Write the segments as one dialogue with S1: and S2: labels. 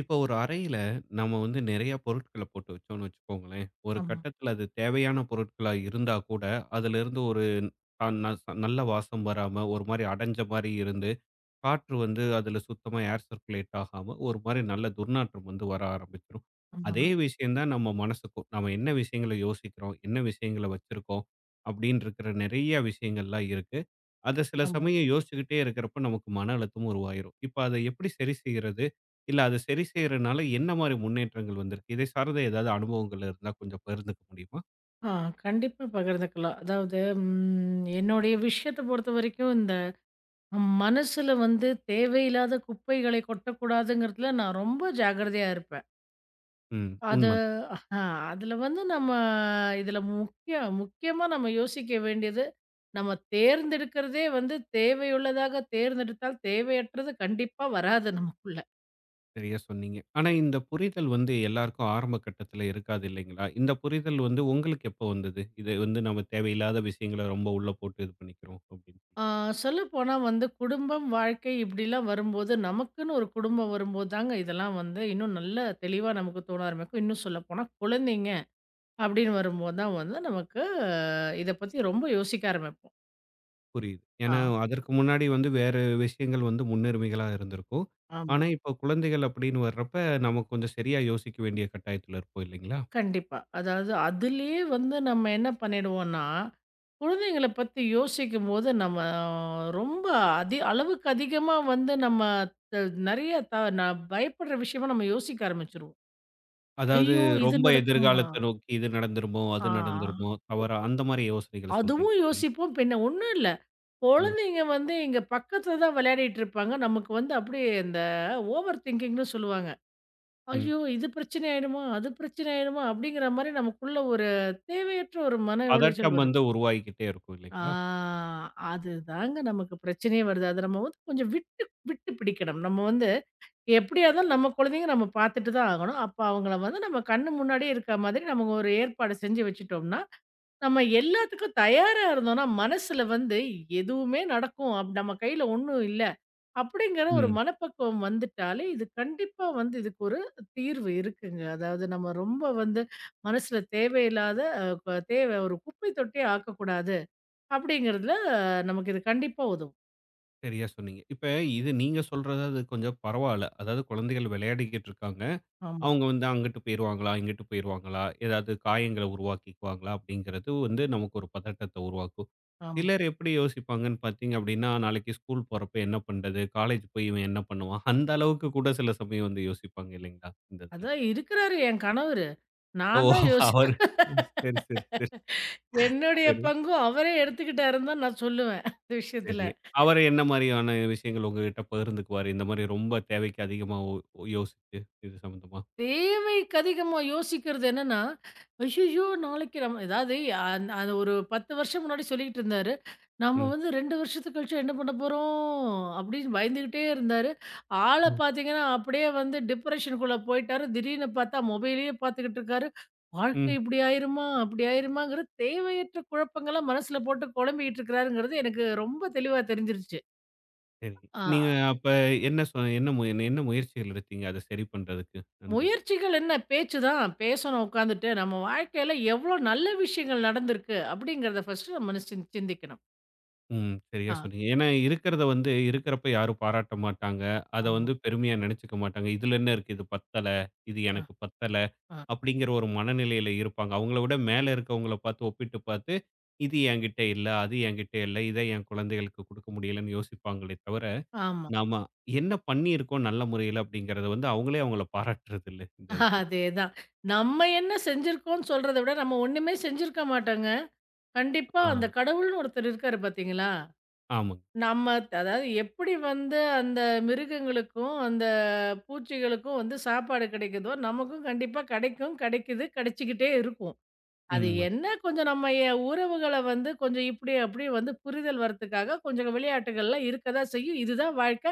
S1: இப்போ ஒரு அறையில நம்ம வந்து நெறைய பொருட்கள போட்டு வச்சோம்னு வச்சுக்கோங்களேன். ஒரு
S2: ஆமா,
S1: கட்டத்தில அது தேவையான பொருட்களா இருந்தா கூட, அதிலிருந்து ஒரு அ ந நல்ல வாசம் வராம ஒரு மாரி அடைஞ்ச மாரி இருந்து, காற்று வந்து அதுல சுத்தமா ஏர் சர்க்குலேட் ஆகாம, ஒரு மாரி நல்ல துர்நாற்றம் வந்து வர ஆரம்பிச்சுரும். அதே
S2: ஆமா,
S1: விஷயம் தான் நம்ம மனசுக்கும். நம்ம என்ன விஷயங்கள யோசிக்கிறோம், என்ன விஷயங்கள வச்சிருக்கோம், அப்படின்னு இருக்கிற நெறைய விஷயங்கள்லாம் இருக்கு. அத சில
S2: ஆமா.
S1: சமயம் யோசிச்சுக்கிட்டே இருக்கிறப்ப நமக்கு மன அழுத்தம் உருவாயிரும். இப்ப அத எப்படி சரி செய்யறது? இல்ல அத சரி செய்யறனால என்ன மாரி முன்னேற்றங்கள் வந்திருக்கு? இதை சார்ந்த ஏதாவது அனுபவங்கள் இருந்தா கொஞ்சம் பகிர்ந்துக்க முடியுமா?
S2: ஆ கண்டிப்பா பகிர்ந்துக்கலாம். அதாவது, என்னுடைய விஷயத்த பொறுத்தவரைக்கும், இந்த மனசுல வந்து தேவையில்லாத குப்பைகளை கொட்டக்கூடாதுங்கிறதுல நான் ரொம்ப ஜாக்கிரதையா இருப்பேன்.
S1: ம்.
S2: அது
S1: உண்ம.
S2: ஆ அதில வந்து நம்ம இதில முக்கியமா நம்ம யோசிக்க வேண்டியது, நம்ம தேர்ந்தெடுக்கிறதே வந்து தேவையுள்ளதாக தேர்ந்தெடுத்தால் தேவையற்றது கண்டிப்பா வராது நமக்குள்ள.
S1: சரியா சொன்னீங்க. ஆனா, இந்த புரிதல் வந்து எல்லாருக்கும் ஆரம்ப கட்டத்துல இருக்காது இல்லைங்களா? இந்த புரிதல் வந்து உங்களுக்கு எப்போ வந்தது? இது வந்து நம்ம தேவையில்லாத விஷயங்கள ரொம்ப உள்ள போட்டு இது பண்ணிக்கிறோம் அப்படின்னு சொல்லி.
S2: ஆ, சொல்லப்போனா வந்து குடும்பம், வாழ்க்கை இப்படிலாம் வரும்போது, நமக்குன்னு ஒரு குடும்பம் வரும்போது தாங்க இதெல்லாம் வந்து இன்னும் நல்ல தெளிவா நமக்கு தோண ஆரம்பிக்கும். இன்னும் சொல்லப்போனா குழந்தைங்க அப்படின்னு வரும்போது தான் வந்து நமக்கு இத பத்தி ரொம்ப யோசிக்க ஆரம்பிப்போம்.
S1: புரியுது.
S2: ஆ,
S1: ஏன்னா, அதற்கு முன்னாடி வந்து வேற விஷயங்கள் வந்து முன்னுரிமைகளா இருந்திருக்கும்.
S2: ஆமா.
S1: ஆனா, இப்போ குழந்தைகள் அப்படின்னு வர்றப்ப, நம்ம கொஞ்சம் சரியா யோசிக்க வேண்டிய கட்டாயத்துல இருப்போம் இல்லைங்களா?
S2: கண்டிப்பா. அதாவது அதிலேயே வந்து நம்ம என்ன பண்ணிடுவோம்னா, குழந்தைங்கள பத்தி யோசிக்கும்போது நம்ம ரொம்ப அளவுக்கு அதிகமா வந்து நம்ம த நெறைய நான் பயப்படுற விஷயமா நம்ம யோசிக்க ஆரம்பிச்சுருவோம்.
S1: அதாவது
S2: ஐயோ! இது
S1: ரொம்ப
S2: நடக்குமா?
S1: எதிர்காலத்த நோக்கி இது நடந்துருமோ,
S2: ஆ,
S1: அது நடந்துருமோ, தவறா அந்த மாரி யோசனைகள
S2: அதுவும்
S1: சொல்றீங்களா நீங்க?
S2: யோசிப்போம். பின்ன ஒண்ணும் இல்ல.
S1: ம்,
S2: குழந்தைங்க வந்து இங்க பக்கத்துல தான் விளையாடிட்டு இருப்பாங்க. நமக்கு வந்து அப்படியே இந்த ஓவர் திங்கிங்ன்னு சொல்லுவாங்க.
S1: ம்.
S2: ஐயோ! இது பிரச்சனை ஆயிடுமா? அது பிரச்சனை ஆயிடுமா? அப்படிங்கிற மாரி நமக்குள்ள ஒரு தேவையற்ற ஒரு மன உளைச்சல்
S1: பதட்டம்
S2: வரும்.
S1: வந்து உருவாகிக்கிட்டே இருக்கும் இல்லைங்களா?
S2: ஆ அதுதாங்க நமக்கு பிரச்சனையே வருது. அத நம்ம வந்து கொஞ்சம் விட்டு விட்டு பிடிக்கணும். நம்ம வந்து எப்படியா இருந்தாலும் நம்ம குழந்தைங்க நம்ம பார்த்துட்டு தான் ஆகணும். அப்ப அவங்கள வந்து நம்ம கண்ணு முன்னாடியே இருக்க மாதிரி நம்ம ஒரு ஏற்பாடு செஞ்சு வச்சுட்டோம்னா, நம்ம எல்லாத்துக்கும் தயாரா இருந்தோம்னா, மனசுல வந்து எதுவுமே நடக்கும். நம்ம கையில ஒண்ணும் இல்ல. அப்படிங்கிற ஒரு
S1: ம்.
S2: மனப்பக்குவம் வந்துட்டாலே, இது கண்டிப்பா வந்து இதுக்கு ஒரு தீர்வு இருக்குங்க. அதாவது நம்ம ரொம்ப வந்து மனசுல தேவையில்லாத அ ப தேவை ஒரு குப்பை தொட்டியா ஆக்கக்கூடாது. அப்படிங்கிறதுல நமக்கு இது கண்டிப்பா உதவும்.
S1: சரியா சொன்னீங்க. இப்ப இது நீங்க சொல்றது அது கொஞ்சம் பரவால்ல. அதாவது குழந்தைகள் விளையாடிக்கிட்டு இருக்காங்க.
S2: ஆமா,
S1: அவங்க வந்து அங்கிட்டு போயிருவாங்களா, இங்கிட்டு போயிருவாங்களா, ஏதாவது காயங்கள உருவாக்கிக்குவாங்களா அப்படிங்கிறது வந்து நமக்கு ஒரு பதட்டத்த உருவாக்கும்.
S2: ஆமா.
S1: சிலர் எப்படி யோசிப்பாங்கன்னு பார்த்தீங்க அப்படின்னா, நாளைக்கு ஸ்கூல் போறப்ப என்ன பண்றது? காலேஜ் போய் இவன் என்ன பண்ணுவான்? அந்த அளவுக்கு கூட சில சமயம் வந்து யோசிப்பாங்க இல்லைங்களா? இந்த இதுல.
S2: அதான் இருக்கிறாரு என் கணவரு.
S1: ஓ!
S2: நான் தான் யோசி
S1: அவரு சரி, சரி, சரி,
S2: என்னுடைய
S1: சரி,
S2: பங்கும் அவரே எடுத்துக்கிட்டாருன்னு தான் நான் சொல்லுவேன் இந்த விஷயத்துல.
S1: சரி. அவரு என்ன மாரியான விஷயங்கள் உங்ககிட்ட பகிர்ந்துக்குவாரு? இந்த மாரி ரொம்ப தேவைக்கு அதிகமா யோசிச்சு இது சம்மந்தமா?
S2: தேவைக்கு அதிகமா யோசிக்கிறது என்னன்னா, "ஐய்யய்யோ! நாளைக்கு நம்ம" எதாவது அது ஒரு 10 வருஷம் முன்னாடி சொல்லிக்கிட்டு இருந்தாரு. நம்ம
S1: ம்.
S2: வந்து 2 வருஷத்துக்கு கழிச்சு என்ன பண்ண போறோம்? அப்படின்னு பயந்துகிட்டே இருந்தாரு. ஆள
S1: ம்.
S2: பார்த்தீங்கன்னா, அப்படியே வந்து டிப்ரஷனுக்குள்ள போயிட்டாரு. திடீர்னு பார்த்தா மொபைலயே பார்த்துக்கிட்டு இருக்காரு. வாழ்க்கை
S1: ம்.
S2: இப்படி ஆயிருமா? அப்படி ஆயிருமாங்கிற தேவையற்ற குழப்பங்கள மனசுல போட்டு குழம்பிக்கிட்டு இருக்கிறாருங்கிறது எனக்கு ரொம்ப தெளிவா தெரிஞ்சிருச்சு.
S1: சரி.
S2: ஆ.
S1: நீங்க அப்ப என்ன சொ என்ன மு என்ன முயற்சிகள் எடுத்தீங்க? அத சரி பண்றதுக்கு? அந்த
S2: முயற்சிகள் என்ன பேச்சு தான் பேசணும் உட்காந்துட்டு. நம்ம வாழ்க்கையில எவ்வளோ நல்ல விஷயங்கள் நடந்திருக்கு அப்படிங்கிறத ஃபர்ஸ்ட்டு நம்ம சிந்திக்கணும்.
S1: ம். சரியா
S2: ஆ,
S1: சொன்னீங்க. ஏன்னா இருக்கிறத வந்து இருக்கிறப்ப யாரும் பாராட்ட மாட்டாங்க. அத
S2: ஆமா.
S1: வந்து பெருமையா நினைச்சுக்க மாட்டாங்க. "இதுல என்ன இருக்கு? இது பத்தல. இது
S2: ஆ,
S1: எனக்கு பத்தல."
S2: ஆ,
S1: அப்படிங்கிற ஒரு மனநிலையில இருப்பாங்க. அவங்கள விட மேல இருக்கவங்கள பார்த்து ஒப்பிட்டு பார்த்து, "இது என்கிட்ட இல்ல. அது என்கிட்ட இல்ல. இத என் குழந்தைகளுக்கு குடுக்க முடியலன்னு" யோசிப்பாங்களே தவிர,
S2: ஆமா.
S1: நாம என்ன பண்ணியிருக்கோம் நல்ல முறையில அப்படிங்கிறத வந்து அவங்களே அவங்கள பாராட்டுறது இல்ல இந்த இதுல.
S2: அதேதான். நம்ம என்ன செஞ்சிருக்கோம்ன்னு சொல்றத விட நம்ம ஒண்ணுமே செஞ்சிருக்க மாட்டோங்க. கண்டிப்பா
S1: ஆ.
S2: அந்த கடவுள்ன்னு ஒருத்தர் இருக்காரு பார்த்தீங்களா?
S1: ஆமா.
S2: நம்ம அதாவது எப்படி வந்து அந்த மிருகங்களுக்கும், அந்த பூச்சிகளுக்கும் வந்து சாப்பாடு கிடைக்குதோ, நமக்கும் கண்டிப்பா கிடைக்கும், கிடைக்குது, கிடைச்சுக்கிட்டே இருக்கும். அது
S1: ம்.
S2: என்ன கொஞ்சம் நம்ம உறவுகள வந்து கொஞ்சம் இப்படி அப்படி வந்து புரிதல் வரதுக்காக கொஞ்சம் விளையாட்டுகள்லாம் இருக்கதான் செய்யும். இதுதான் வாழ்க்கை.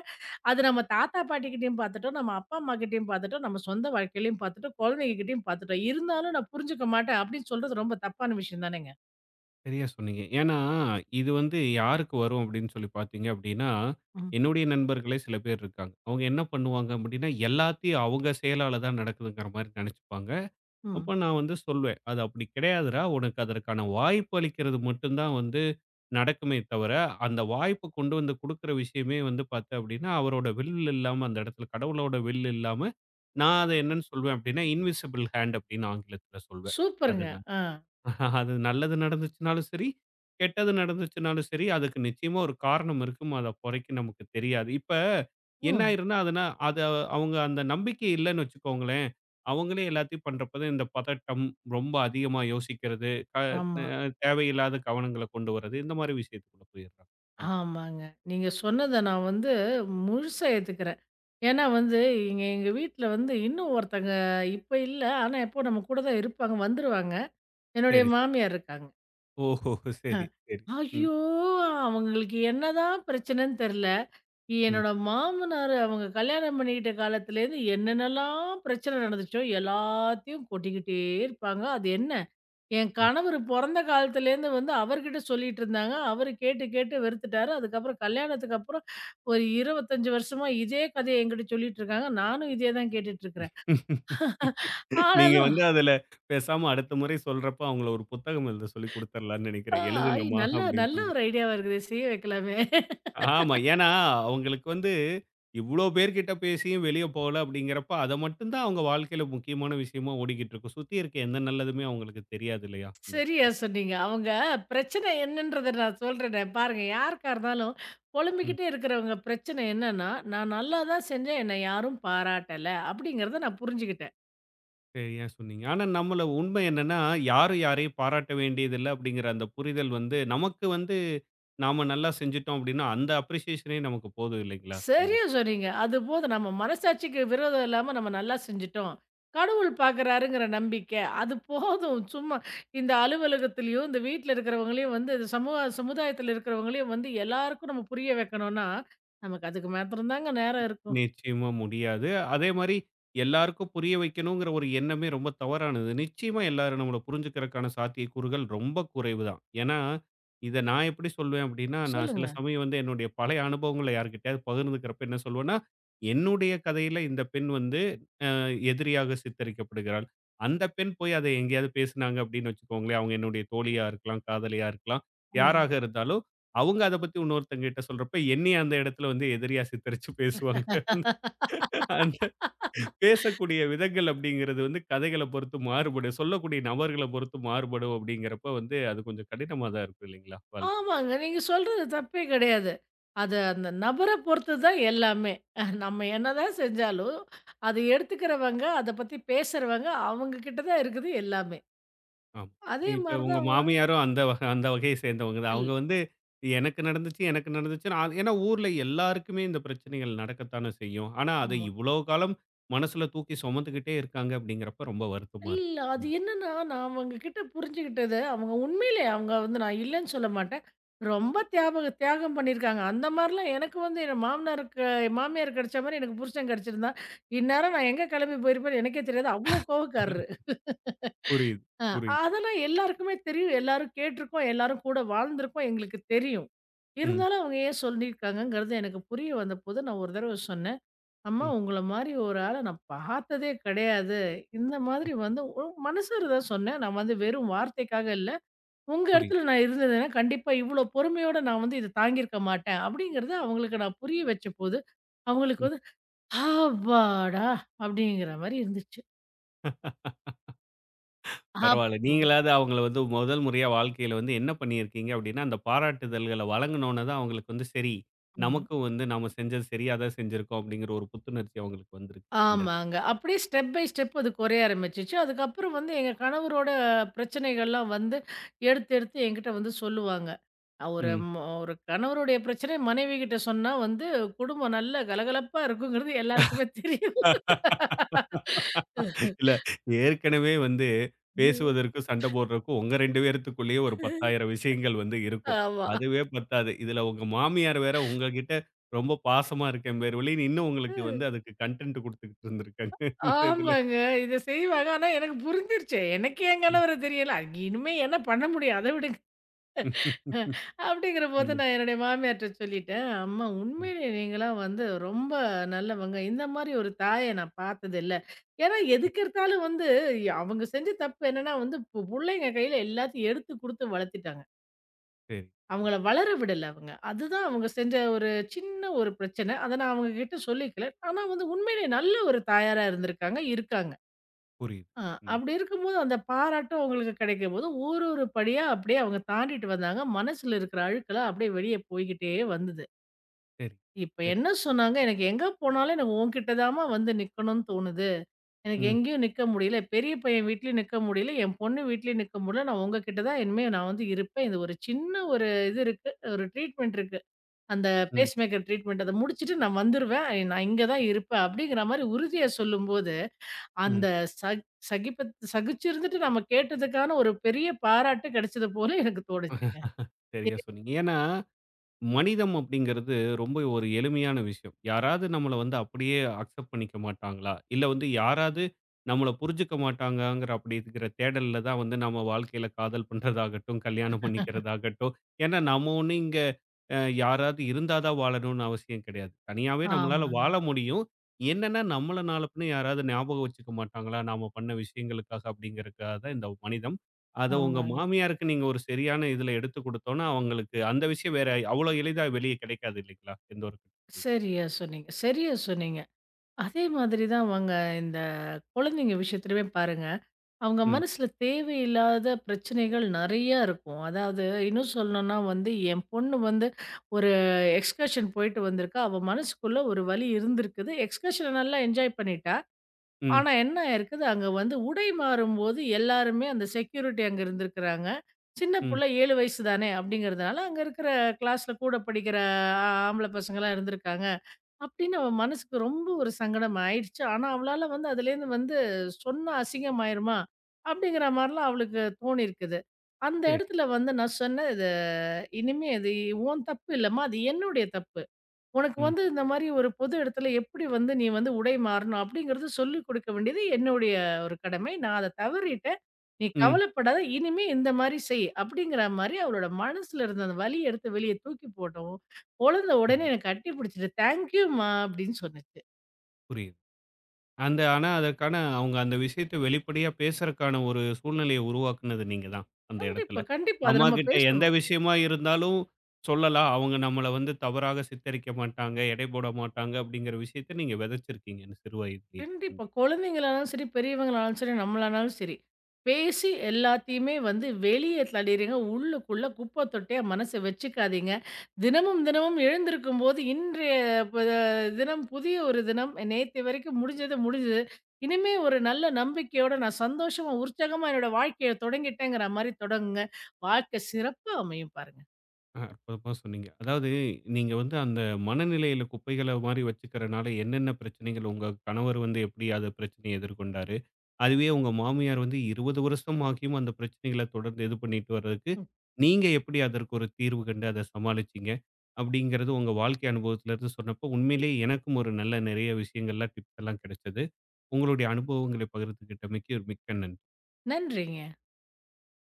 S2: அது நம்ம தாத்தா பாட்டிகிட்டயும் பார்த்துட்டோம், நம்ம அப்பா அம்மாகிட்டயும் பார்த்துட்டோம், நம்ம சொந்த வாழ்க்கையிலயும் பார்த்துட்டோம், குழந்தைங்ககிட்டயும் பார்த்துட்டோம். இருந்தாலும் நான் புரிஞ்சுக்க மாட்டேன் அப்படின்னு சொல்றது ரொம்ப தப்பான விஷயம் தானேங்க?
S1: சரியா சொன்னீங்க. ஏன்னா, இது வந்து யாருக்கு வரும் அப்படின்னு சொல்லி பார்த்தீங்க அப்படின்னா,
S2: ம்.
S1: என்னுடைய நண்பர்களே சில பேர் இருக்காங்க. அவங்க என்ன பண்ணுவாங்க அப்படின்னா, எல்லாத்தையும் அவங்க செயலால தான் நடக்குதுங்கிற மாரி நெனச்சுப்பாங்க.
S2: ம்.
S1: அப்ப நான் வந்து சொல்வேன், "அது அப்படி கிடையாதுடா. உனக்கு அதற்கான வாய்ப்பு அளிக்கிறது மட்டும் தான் வந்து நடக்குமே தவிர, அந்த வாய்ப்ப கொண்டு வந்து குடுக்குற விஷயமே வந்து பார்த்தேன் அப்படின்னா, அவரோட வில் இல்லாம அந்த இடத்துல கடவுளோட வில் இல்லாம, நான் அத என்னன்னு சொல்வேன் அப்படின்னா, இன்விசிபிள் ஹேண்ட் அப்படின்னு ஆங்கிலத்தில சொல்வேன். அத
S2: சூப்பருங்க.
S1: நான்"
S2: ஆ.
S1: அது நல்லது நடந்துச்சுனாலும் சரி, கெட்டது நடந்துச்சுனாலும் சரி, அதுக்கு நிச்சயமா ஒரு காரணம் இருக்கும். அத அப்போதைக்கு நமக்கு தெரியாது. இப்ப என்ன
S2: ம்.
S1: ஆயிரும்னா, அதுனா அத அவங்க அந்த நம்பிக்கை இல்லன்னு வச்சுக்கோங்களேன், அவங்களே எல்லாத்தையும் பண்றப்ப தான் இந்த பதட்டம், ரொம்ப அதிகமா யோசிக்கிறது, ந
S2: ஆமா.
S1: தேவையில்லாத கவனங்கள கொண்டு வர்றது, இந்த மாரி விஷயத்துக்குள்ள போயிடுறாங்க. ம்.
S2: ஆமாங்க. நீங்க சொன்னத நான் வந்து முழுசா ஏத்துக்கிறேன். ஏன்னா வந்து இங்க எங்க வீட்ல வந்து இன்னும் ஒருத்தங்க இப்ப இல்ல. ஆனா எப்போ நம்ம கூட தான் இருப்பாங்க, வந்துருவாங்க. என்னுடைய
S1: சரி, சரி.
S2: மாமியார் இருக்காங்க.
S1: ஓஹோ! சரி,
S2: அஹ்,
S1: சரி. ம்,
S2: ஐயோ! அவங்களுக்கு என்னதான் பிரச்சனைன்னு தெரியல.
S1: ம்,
S2: என்னோட மாமனார் அவங்க கல்யாணம் பண்ணிக்கிட்ட காலத்துலேருந்து என்னென்னலாம் பிரச்சனை நடந்துச்சோ எல்லாத்தையும் கொட்டிக்கிட்டே இருப்பாங்க. அது என்ன, என்
S1: ம்.
S2: கணவர் பொறந்த காலத்துலேருந்து வந்து அவர்கிட்ட சொல்லிட்டு இருந்தாங்க. அவரு கேட்டு கேட்டு வெறுத்துட்டாரு. அதுக்கப்புறம் கல்யாணத்துக்கு அப்புறம் ஒரு 25 வருஷமா இதே கதைய என்கிட்ட சொல்லிட்டு இருக்காங்க. நானும் இதே தான் கேட்டுட்டு இருக்கிறேன்.
S1: நீங்க
S2: ஆனாலும்,
S1: வந்து அதுல பேசாம அடுத்த முறை சொல்றப்ப அவங்கள ஒரு புத்தகம் எழுத சொல்லி குடுத்துரலாம்ன்னு
S2: ஆ,
S1: நெனைக்கிறேன். எழுதுங்கம்மா
S2: நல்ல
S1: அப்படின்னு
S2: நல்ல
S1: சொல்லி.
S2: ஒரு ஐடியாவா இருக்குதே! செய்ய வைக்கலாமே!
S1: ஆமா. ஏன்னா, அவங்களுக்கு வந்து இவ்ளோ பேர்கிட்ட பேசியும் வெளிய போல அப்படிங்கிறப்ப, அத மட்டும் தான் அவங்க வாழ்க்கையில முக்கியமான விஷயமா ஓடிக்கிட்டு இருக்கும். சுத்தி இருக்க எந்த நல்லதுமே அவங்களுக்கு தெரியாது இல்லையா? இந்த
S2: சரியா
S1: இடத்துல.
S2: சொன்னீங்க. அவங்க பிரச்சனை என்னன்றத நான் சொல்றேனே, பாருங்க யாருக்கா இருந்தாலும்
S1: ம்.
S2: புலம்பிக்கிட்டே இருக்கிறவங்க பிரச்சனை என்னன்னா, "நான் நல்லா தான் செஞ்சேன். என்னை யாரும் பாராட்டல." அப்படிங்கிறத நான் புரிஞ்சுகிட்டேன்.
S1: சரியா சொன்னீங்க. ஆனா நம்மள உண்மை என்னன்னா, யாரும் யாரையும் பாராட்ட வேண்டியதில்ல அப்படிங்கிற அந்த புரிதல் வந்து நமக்கு வந்து நாம நல்லா செஞ்சுட்டோம் அப்படின்னா, அந்த அப்ரிசியேஷனே நமக்கு போதும் இல்லைங்களா? அந்த
S2: சரியா சொன்னீங்க. அது போதும். நம்ம மனசாட்சிக்கு விரோதம் இல்லாம நம்ம நல்லா செஞ்சுட்டோம். கடவுள் பார்க்குறாருங்கிற நம்பிக்கை. அது போதும். சும்மா இந்த அலுவலகத்திலயும், இந்த வீட்ல இருக்கிறவங்களையும் வந்து இந்த சமூக சமுதாயத்தில இருக்கிறவங்களையும் வந்து எல்லாருக்கும் நம்ம புரிய வைக்கணும்னா, நமக்கு அதுக்கு மாத்திரம் தாங்க நேரம் இருக்கும்.
S1: நிச்சயமா முடியாது. அதே மாரி எல்லாருக்கும் புரிய வைக்கணுங்கிற ஒரு எண்ணமே ரொம்ப தவறானது. நிச்சயமா எல்லாரும் நம்மள புரிஞ்சுக்கிறக்கான சாத்தியக்கூறுகள் ரொம்ப குறைவு தான். ஏன்னா, இத நான் எப்படி சொல்வேன் அப்படின்னா, நான் சில
S2: சொல்லுங்க.
S1: சமயம் வந்து என்னுடைய பழைய அனுபவங்கள யார்கிட்டயாவது பகிர்ந்துக்கிறப்ப என்ன சொல்வேன்னா, என்னுடைய கதையில இந்த பெண் வந்து அ எதிரியாக சித்தரிக்கப்படுகிறாள். அந்த பெண் போய் அத எங்கேயாவது பேசுனாங்க அப்படின்னு வச்சுக்கோங்களேன், அவங்க என்னுடைய தோழியா இருக்கலாம், காதலியா இருக்கலாம்,
S2: ம்.
S1: யாராக இருந்தாலும் அவங்க அத பத்தி இன்னொருத்தங்க கிட்ட சொல்றப்ப, என்னைய அந்த இடத்துல வந்து எதிரியா சித்தரிச்சு பேசுவாங்க. அந்த பேசக்கூடிய விதங்கள் அப்படிங்கிறது வந்து கதைகள பொறுத்து மாறுபடும். சொல்லக்கூடிய நபர்கள பொறுத்து மாறுபடும் அப்படிங்கிறப்ப வந்து அது கொஞ்சம் கடினமா தான் இருக்கும் இல்லைங்களா? வாழ்க்கையில.
S2: ஆமாங்க. நீங்க சொல்றது தப்பே கிடையாது. அது அந்த நபர பொறுத்து தான் எல்லாமே. நம்ம என்னதான் செஞ்சாலும், அத எடுத்துக்கிறவங்க, அத பத்தி பேசுறவங்க, அவங்க கிட்ட தான் இருக்குது எல்லாமே.
S1: ஆமா.
S2: அதே
S1: இப்ப
S2: மாரி
S1: உங்க
S2: தான் அவங்கள்.
S1: மாமியாரும் அந்த அந்த வகையை சேர்ந்தவங்க தான். அவங்க வந்து எனக்கு நடந்துச்சு, எனக்கு நடந்துச்சுன்னு அது ஏன்னா ஊர்ல எல்லாருக்குமே இந்த பிரச்சனைகள் நடக்கத்தானே செய்யும். ஆனா அத
S2: ஆமா.
S1: இவ்வளோ காலம் மனசுல தூக்கி சுமந்துக்கிட்டே இருக்காங்க அப்படிங்கிறப்ப ரொம்ப வருத்தமா இருக்கு.
S2: இல்ல அது
S1: ம்.
S2: என்னன்னா, நான் அவங்க கிட்ட புரிஞ்சுகிட்டது, அவங்க உண்மையிலே அவங்க வந்து நான் இல்லன்னு சொல்ல மாட்டேன். ரொம்ப தியாகம் பண்ணியிருக்காங்க. அந்த மாரிலாம் எனக்கு வந்து என் மாமனாருக்கு மாமியார் கிடைச்ச மாரி எனக்கு புருஷன் கிடைச்சிருந்தா, இந்நேரம் நான் எங்க கிளம்பி போயிருப்பேன்னு எனக்கே தெரியாது. அவ்ளோ கோவக்காரரு.
S1: புரியுது,
S2: அ
S1: புரியுது.
S2: அதெல்லாம் எல்லாருக்குமே தெரியும். எல்லாரும் கேட்டுருக்கோம். எல்லாரும் கூட வாழ்ந்திருக்கோம். எங்களுக்கு தெரியும்.
S1: ம்,
S2: இருந்தாலும் அவங்க ஏன் சொல்லியிருக்காங்கங்கிறது எனக்கு புரிய வந்தபோது, நான் ஒரு தடவ சொன்னேன். "அம்மா
S1: ம்,
S2: உங்கள மாரி ஒரு ஆள நான் பார்த்ததே கிடையாது. இந்த
S1: ம்.
S2: மாதிரி வந்து" மனசார தான் சொன்னேன். நான் வந்து வெறும் வார்த்தைக்காக இல்ல. "உங்க
S1: புரியுது.
S2: இடத்துல நான் இருந்ததுன்னா, கண்டிப்பா இவ்ளோ பொறுமையோட நான் வந்து இத தாங்கியிருக்க மாட்டேன்." அப்படிங்கிறத அவங்களுக்கு நான் புரிய வச்சபோது, அவங்களுக்கு வந்து "அப்பாடா!" அப்படிங்கிற மாரி இருந்துச்சு.
S1: பரவால்ல.
S2: அப்போ
S1: நீங்களாவது அவங்கள வந்து முதல் முறையா வாழ்க்கையில வந்து என்ன பண்ணியிருக்கீங்க அப்டின்னா, அந்த பாராட்டுதல்கள வழங்குனோன தான் அவங்களுக்கு வந்து சரி,
S2: ம்.
S1: நமக்கும் வந்து நாம செஞ்சது சரியா தான் செஞ்சிருக்கோம் அப்டிங்கிற ஒரு புத்துணர்ச்சி அவங்களுக்கு வந்திருக்கு. அந்த இடத்துல.
S2: ஆமாங்க. அப்படியே ஸ்டெப் பை ஸ்டெப் அது குறைய ஆரம்பிச்சுச்சு. அதுக்கப்புறம் வந்து எங்க கணவரோட பிரச்சனைகள்லாம் வந்து எடுத்து என்கிட்ட வந்து சொல்லுவாங்க. அ ஒரு
S1: ம்.
S2: மொ ஒரு கணவருடைய பிரச்சனை மனைவிகிட்ட சொன்னா வந்து குடும்பம் நல்ல கலகலப்பா இருக்குங்கிறது எல்லாருக்குமே தெரியும்.
S1: இல்ல ஏற்கனவே வந்து பேசுவதற்கும், சண்ட போடுறதுக்கும் உங்க 2 பேத்துக்குள்ளேயே ஒரு 10,000 விஷயங்கள் வந்து இருக்கும்.
S2: ஆமா.
S1: அதுவே பத்தாது. இதுல உங்க மாமியார் வேற உங்ககிட்ட ரொம்ப பாசமா இருக்கேன் பேர் வழி, இன்னும் உங்களுக்கு வந்து அதுக்கு கன்டென்ட் குடுத்துக்கிட்டு இருந்திருக்காங்க. இந்த இதுல.
S2: ஆமாங்க. இத செய்வாங்க. ஆனா எனக்கு புரிஞ்சிருச்சு. எனக்கு என் கணவர தெரியல. இனிமே என்ன பண்ண முடியும்? அத விடுங்க.
S1: ம்.
S2: அப்படிங்கிறபோது
S1: ம்.
S2: நான் என்னுடைய மாமியார்ட்ட சொல்லிட்டேன், "அம்மா
S1: ம்.
S2: உண்மையிலேயே நீங்கலாம் வந்து ரொம்ப நல்லவங்க. இந்த மாரி ஒரு தாய நான் பார்த்ததில்ல." ஏன்னா எதுக்கெடுத்தாலும் வந்து அவங்க செஞ்ச தப்பு என்னன்னா வந்து புள்ளைங்க கையில எல்லாத்தையும் எடுத்து குடுத்து வளர்த்துட்டாங்க.
S1: சரி, சரி.
S2: அவங்கள வளர விடல அவங்க. அதுதான் அவங்க செஞ்ச ஒரு சின்ன ஒரு பிரச்சனை. அத நான் அவங்க கிட்ட சொல்லிக்கல. ஆனா வந்து உண்மையிலேயே நல்ல ஒரு தாயாரா இருந்திருக்காங்க, இருக்காங்க.
S1: புரியுது.
S2: ஆ,
S1: ம்.
S2: அப்படி இருக்கும்போது அந்த பாராட்டும் அவங்களுக்கு கிடைக்கும்போது, ஒரு ஒரு படியா அப்படியே அவங்க தாண்டிட்டு வந்தாங்க. மனசுல இருக்கிற அழுக்கெல்லாம் அப்படியே வெளிய போய்க்கிட்டே வந்தது.
S1: சரி.
S2: இப்ப
S1: சரி.
S2: என்ன சொன்னாங்க, "எனக்கு எங்க போனாலும் எனக்கு உன்கிட்ட தாம்மா வந்து நிக்கணும்னு தோணுது. எனக்கு
S1: ம்.
S2: எங்கேயும் நிக்க முடியல. பெரிய பையன் வீட்லயும் நிக்க முடியல. என் பொண்ணு வீட்லயும் நிக்க முடியல. நான் உங்ககிட்ட தான் இனிமே நான் வந்து இருப்பேன். இது ஒரு சின்ன ஒரு இது இருக்கு. ஒரு ட்ரீட்மெண்ட் இருக்கு. அந்த
S1: ம்.
S2: Pacemaker treatment. அத முடிச்சுட்டு நான் வந்துருவேன். நான் இங்க தான் இருப்பேன்." அப்படிங்கிற மாரி உறுதியா சொல்லும்போது
S1: ம்.
S2: அந்த சகி சகிப்பு சகிச்சிருந்துட்டு நம்ம கேட்டதுக்கான ஒரு பெரிய பாராட்டு கிடைச்சது போல எனக்கு தோணுச்சுங்க.
S1: சரியா சொன்னீங்க. ஏன்னா, மனிதம் அப்படிங்கிறது ரொம்ப ஒரு எளிமையான விஷயம். யாராவது நம்மள வந்து அப்படியே அக்செப்ட் பண்ணிக்க மாட்டாங்களா? இல்ல வந்து யாராவது நம்மள புரிஞ்சுக்க மாட்டாங்கங்கிற அப்படிங்கிற தேடல்ல தான் வந்து நம்ம வாழ்க்கையில காதல் பண்றதாகட்டும், கல்யாணம் பண்ணிக்கிறதாகட்டும். ஏன்னா நம்ம ஒண்ணு இங்க யாராவது இருந்தா தான் வாழணும்னு அவசியம் கிடையாது. தனியாவே நம்மளால
S2: ஆமாங்க,
S1: வாழ முடியும். என்னன்னா நம்மள நாள பின்ன யாராவது ஞாபகம் வச்சுக்க மாட்டாங்களா? நாம பண்ண விஷயங்களுக்காக அப்படிங்கிறதுக்காக தான் இந்த மனிதம். அத உங்க
S2: ஆமாங்க.
S1: மாமியாருக்கு நீங்க ஒரு சரியான இதுல எடுத்து குடுத்தோம்னா, அவங்களுக்கு அந்த விஷயம் வேற அவ்ளோ எளிதா வெளிய கிடைக்காது இல்லைங்களா? எந்த ஒரு கட்டத்திலயும்.
S2: சரியா சொன்னீங்க, சரியா சொன்னீங்க. அதே மாதிரி தான் அவங்க இந்த குழந்தைங்க விஷயத்திலயுமே பாருங்க, அவங்க
S1: ம்,
S2: மனசுல தேவையில்லாத பிரச்சனைகள் நெறையா இருக்கும். அதாவது இன்னும் சொல்லணும்னா வந்து என் பொண்ணு வந்து ஒரு எக்ஸ்கர்ஷன் போயிட்டு வந்திருக்கா. அவ மனசுக்குள்ள ஒரு வலி இருந்திருக்குது. எக்ஸ்கர்ஷன நல்லா என்ஜாய் பண்ணிட்டா.
S1: ம்,
S2: ஆனா என்ன இருக்குது, அங்க வந்து உடை மாறும்போது எல்லாருமே அந்த செக்யூரிட்டி அங்க இருந்திருக்கிறாங்க. சின்ன
S1: ம்.
S2: புள்ள 7 வயசு தானே அப்படிங்கிறதுனால, அங்க இருக்கிற கிளாஸ்ல கூட படிக்கிற ஆம்பள பசங்கலாம் இருந்திருக்காங்க. அப்படின்னு அவ மனசுக்கு ரொம்ப ஒரு சங்கடம் ஆயிடுச்சு. ஆனா அவளால வந்து அதுலேருந்து வந்து சொன்னா அசிங்கமாயிருமா? அப்படிங்கிற மாரிலாம் அவளுக்கு தோணியிருக்குது. அந்த
S1: சரி.
S2: இடத்துல வந்து நான் சொன்னேன், "இது இனிமே இது உன் தப்பு இல்லம்மா. அது என்னுடைய தப்பு. உனக்கு
S1: ம்,
S2: வந்து இந்த மாரி ஒரு பொது இடத்துல எப்படி வந்து நீ வந்து உடை மாறணும் அப்படிங்கிறது சொல்லிக் கொடுக்க வேண்டியது என்னுடைய ஒரு கடமை. நான் அத தவறிட்டேன். நீ
S1: ம்.
S2: கவலைப்படாத. இனிமே இந்த மாரி செய்." அப்படிங்கிற மாரி அவளோட மனசுல இருந்த அந்த வலிய எடுத்து வெளிய தூக்கி போட்டவும், குழந்தை உடனே
S1: சரிங்க.
S2: என்ன கட்டி பிடிச்சுட்டு, "தேங்க் யூ மா" அப்படின்னு சொன்னுச்சு.
S1: புரியுது. அந்த ஆனா அதற்கான அவங்க அந்த விஷயத்த வெளிப்படையா பேசுறக்கான ஒரு சூழ்நிலைய உருவாக்குனது நீங்க தான், அந்த இடத்துல.
S2: கண்டிப்பா, கண்டிப்பா. அத நம்ம
S1: அம்மாகிட்ட எந்த
S2: பேசணும்.
S1: விஷயமா இருந்தாலும் சொல்லலாம். அவங்க நம்மள வந்து தவறாக சித்தரிக்க மாட்டாங்க, எடை போட மாட்டாங்க அப்படிங்கிற விஷயத்த நீங்க விதைச்சிருக்கீங்க, இந்த சிறு வயதிலேயே.
S2: கண்டிப்பா. குழந்தைங்களானாலும் சரி, பெரியவங்களானாலும் சரி, நம்மளானாலும் சரி. பேசி எல்லாத்தையுமே வந்து வெளிய தள்ளிருங்க. உள்ளுக்குள்ள குப்பை தொட்டியா மனச வச்சுக்காதீங்க. தினமும், தினமும் எழுந்திருக்கும்போது இன்றைய ப தினம் புதிய ஒரு தினம். நேத்து வரைக்கும் முடிஞ்சது முடிஞ்சது. இனிமே ஒரு நல்ல நம்பிக்கையோட நான் சந்தோஷமா, உற்சாகமா என்னோட வாழ்க்கைய தொடங்கிட்டேங்கிற மாரி தொடங்குங்க. வாழ்க்கை சிறப்பா அமையும் பாருங்க.
S1: ஆ, அற்புதமா சொன்னீங்க. அதாவது நீங்க வந்து அந்த மனநிலையில குப்பைகள மாரி வச்சுக்கிறனால என்னென்ன பிரச்சனைகள் உங்க கணவர் வந்து எப்படி அத பிரச்சனைய எதிர்கொண்டாரு? அதுவே உங்க மாமியார் வந்து 20 வருஷம் ஆகியும் அந்த பிரச்சனைகள தொடர்ந்து இது பண்ணிட்டு வர்றதுக்கு,
S2: ம்.
S1: நீங்க எப்படி அதற்கு ஒரு தீர்வு கண்டு அத சமாளிச்சீங்க? அப்படிங்கிறது உங்க வாழ்க்கை அனுபவத்திலிருந்து சொன்னப்போ, உண்மையிலேயே எனக்கும் ஒரு நல்ல நெறைய விஷயங்கள்லாம் டிப்ஸ் எல்லாம் கிடைச்சது. உங்களுடைய அனுபவங்களை பகிர்ந்துகிட்டமைக்கு ஒரு மிக்க நன்றி.
S2: நன்றிங்க.